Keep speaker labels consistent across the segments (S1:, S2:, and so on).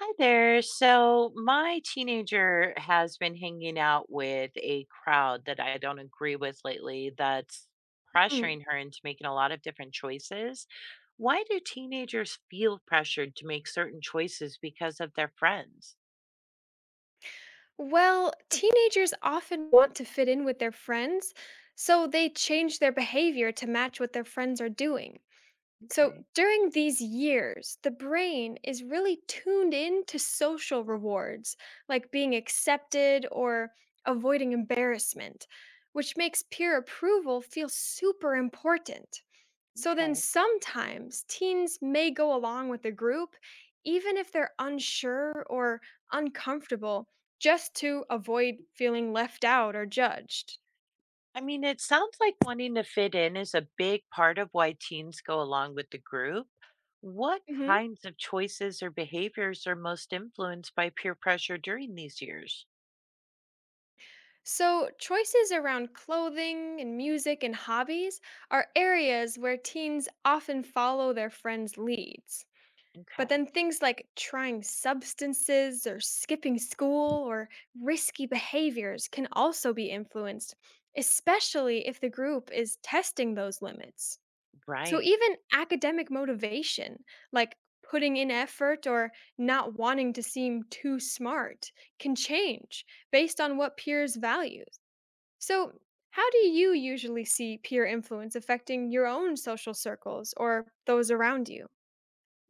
S1: Hi there. So, my teenager has been hanging out with a crowd that I don't agree with lately that's
S2: Mm.
S1: pressuring her into making a lot of different choices. Why do teenagers feel pressured to make certain choices because of their friends?
S2: Well, teenagers often want to fit in with their friends, so they change their behavior to match what their friends are doing. So
S1: Okay.
S2: during these years, the brain is really tuned in to social rewards, like being accepted or avoiding embarrassment, which makes peer approval feel super important. So then
S1: Okay.
S2: sometimes teens may go along with the group, even if they're unsure or uncomfortable, just to avoid feeling left out or judged.
S1: It sounds like wanting to fit in is a big part of why teens go along with the group. What
S2: Mhm.
S1: kinds of choices or behaviors are most influenced by peer pressure during these years?
S2: So, choices around clothing and music and hobbies are areas where teens often follow their friends' leads. But
S1: Okay.
S2: then things like trying substances or skipping school or risky behaviors can also be influenced, especially if the group is testing those limits. So,
S1: Right.
S2: even academic motivation, like putting in effort or not wanting to seem too smart, can change based on what peers value. So, how do you usually see peer influence affecting your own social circles or those around you?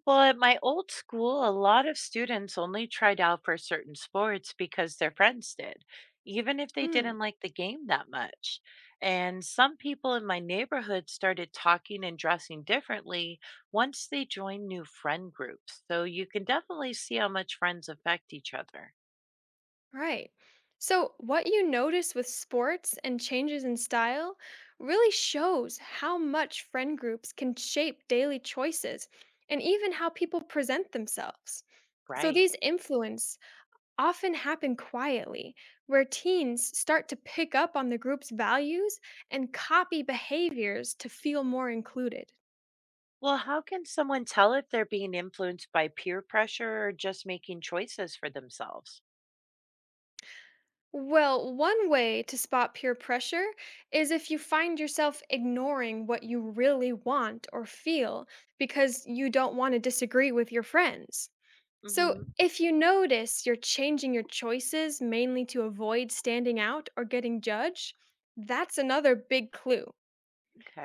S1: Well, at my old school, a lot of students only tried out for certain sports because their friends did, even if they
S2: Mm,
S1: didn't like the game that much. And some people in my neighborhood started talking and dressing differently once they joined new friend groups. So you can definitely see how much friends affect each other.
S2: Right. So, what you notice with sports and changes in style really shows how much friend groups can shape daily choices and even how people present themselves. So,
S1: Right.
S2: these influence often happen quietly, where teens start to pick up on the group's values and copy behaviors to feel more included.
S1: Well, how can someone tell if they're being influenced by peer pressure or just making choices for themselves?
S2: Well, one way to spot peer pressure is if you find yourself ignoring what you really want or feel because you don't want to disagree with your friends. So,
S1: Hmm.
S2: if you notice you're changing your choices mainly to avoid standing out or getting judged, that's another big clue.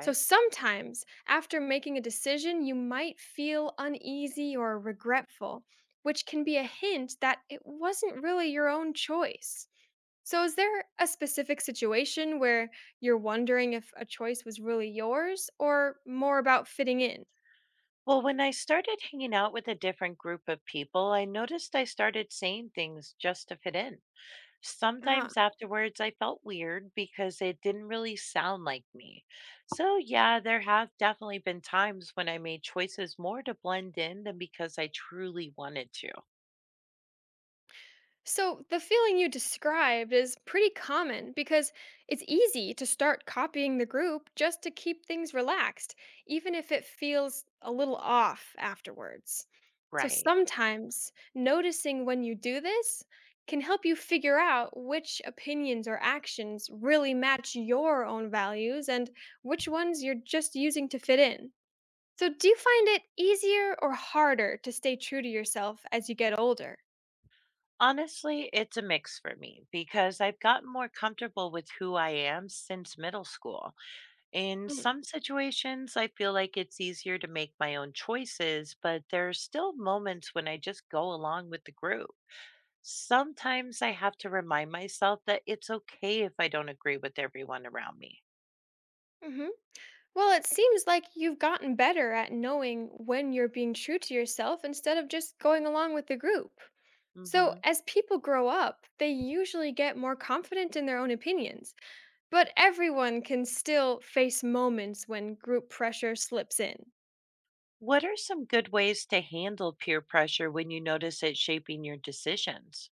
S2: So, sometimes after making a decision, you might feel uneasy or regretful, which can be a hint that it wasn't really your own choice. So, is there a specific situation where you're wondering if a choice was really yours or more about fitting in?
S1: Well, when I started hanging out with a different group of people, I noticed I started saying things just to fit in. Sometimes afterwards, I felt weird because it didn't really sound like me. So, yeah, there have definitely been times when I made choices more to blend in than because I truly wanted to.
S2: So, the feeling you described is pretty common because it's easy to start copying the group just to keep things relaxed, even if it feels a little off afterwards. So,
S1: Right.
S2: sometimes noticing when you do this can help you figure out which opinions or actions really match your own values and which ones you're just using to fit in. So, do you find it easier or harder to stay true to yourself as you get older?
S1: Honestly, it's a mix for me because I've gotten more comfortable with who I am since middle school. In some situations, I feel like it's easier to make my own choices, but there are still moments when I just go along with the group. Sometimes I have to remind myself that it's okay if I don't agree with everyone around me.
S2: Mm-hmm. Well, it seems like you've gotten better at knowing when you're being true to yourself instead of just going along with the group. So,
S1: Hmm.
S2: as people grow up, they usually get more confident in their own opinions, but everyone can still face moments when group pressure slips in.
S1: What are some good ways to handle peer pressure when you notice it shaping your decisions?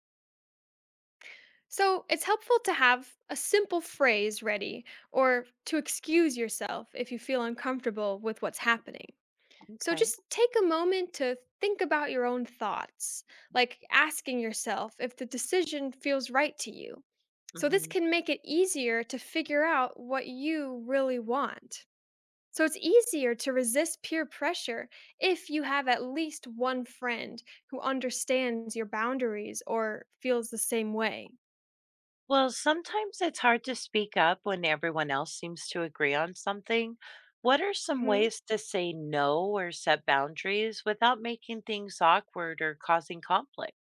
S2: So, it's helpful to have a simple phrase ready or to excuse yourself if you feel uncomfortable with what's happening. So
S1: Okay.
S2: just take a moment to think about your own thoughts, like asking yourself if the decision feels right to you. So this
S1: Hmm.
S2: can make it easier to figure out what you really want. So it's easier to resist peer pressure if you have at least one friend who understands your boundaries or feels the same way.
S1: Well, sometimes it's hard to speak up when everyone else seems to agree on something. What are some
S2: Mhm.
S1: ways to say no or set boundaries without making things awkward or causing conflict?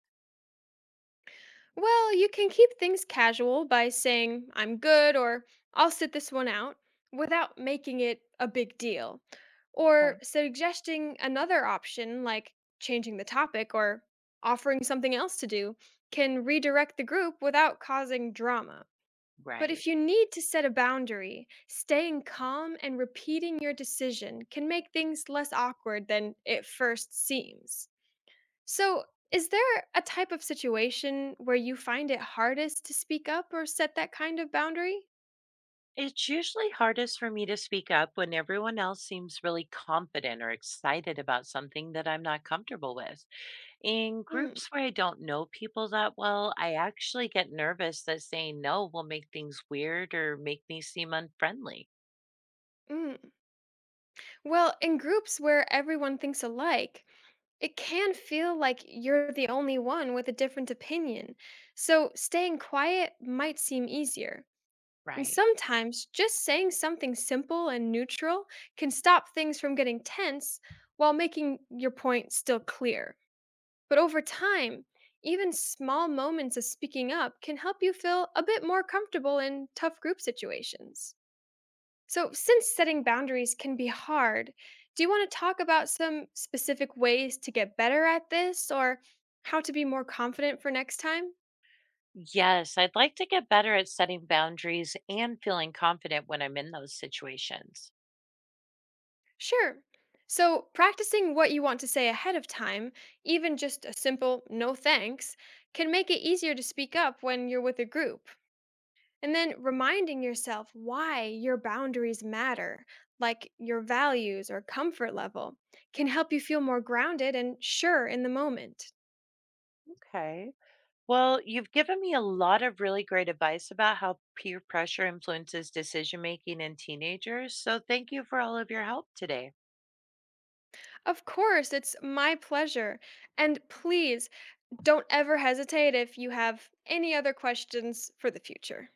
S2: Well, you can keep things casual by saying, I'm good, or I'll sit this one out, without making it a big deal. Or
S1: Okay.
S2: suggesting another option, like changing the topic or offering something else to do, can redirect the group without causing drama. But
S1: Right.
S2: if you need to set a boundary, staying calm and repeating your decision can make things less awkward than it first seems. So, is there a type of situation where you find it hardest to speak up or set that kind of boundary?
S1: It's usually hardest for me to speak up when everyone else seems really confident or excited about something that I'm not comfortable with. In
S2: Mm,
S1: groups where I don't know people that well, I actually get nervous that saying no will make things weird or make me seem unfriendly.
S2: mm. Well, in groups where everyone thinks alike, it can feel like you're the only one with a different opinion. So, staying quiet might seem easier. And
S1: Right.
S2: sometimes just saying something simple and neutral can stop things from getting tense while making your point still clear. But over time, even small moments of speaking up can help you feel a bit more comfortable in tough group situations. So, since setting boundaries can be hard, do you want to talk about some specific ways to get better at this or how to be more confident for next time?
S1: Yes, I'd like to get better at setting boundaries and feeling confident when I'm in those situations.
S2: Sure. So, practicing what you want to say ahead of time, even just a simple no thanks, can make it easier to speak up when you're with a group. And then reminding yourself why your boundaries matter, like your values or comfort level, can help you feel more grounded and sure in the moment.
S1: Okay. Well, you've given me a lot of really great advice about how peer pressure influences decision making in teenagers. So thank you for all of your help today.
S2: Of course, it's my pleasure. And please don't ever hesitate if you have any other questions for the future.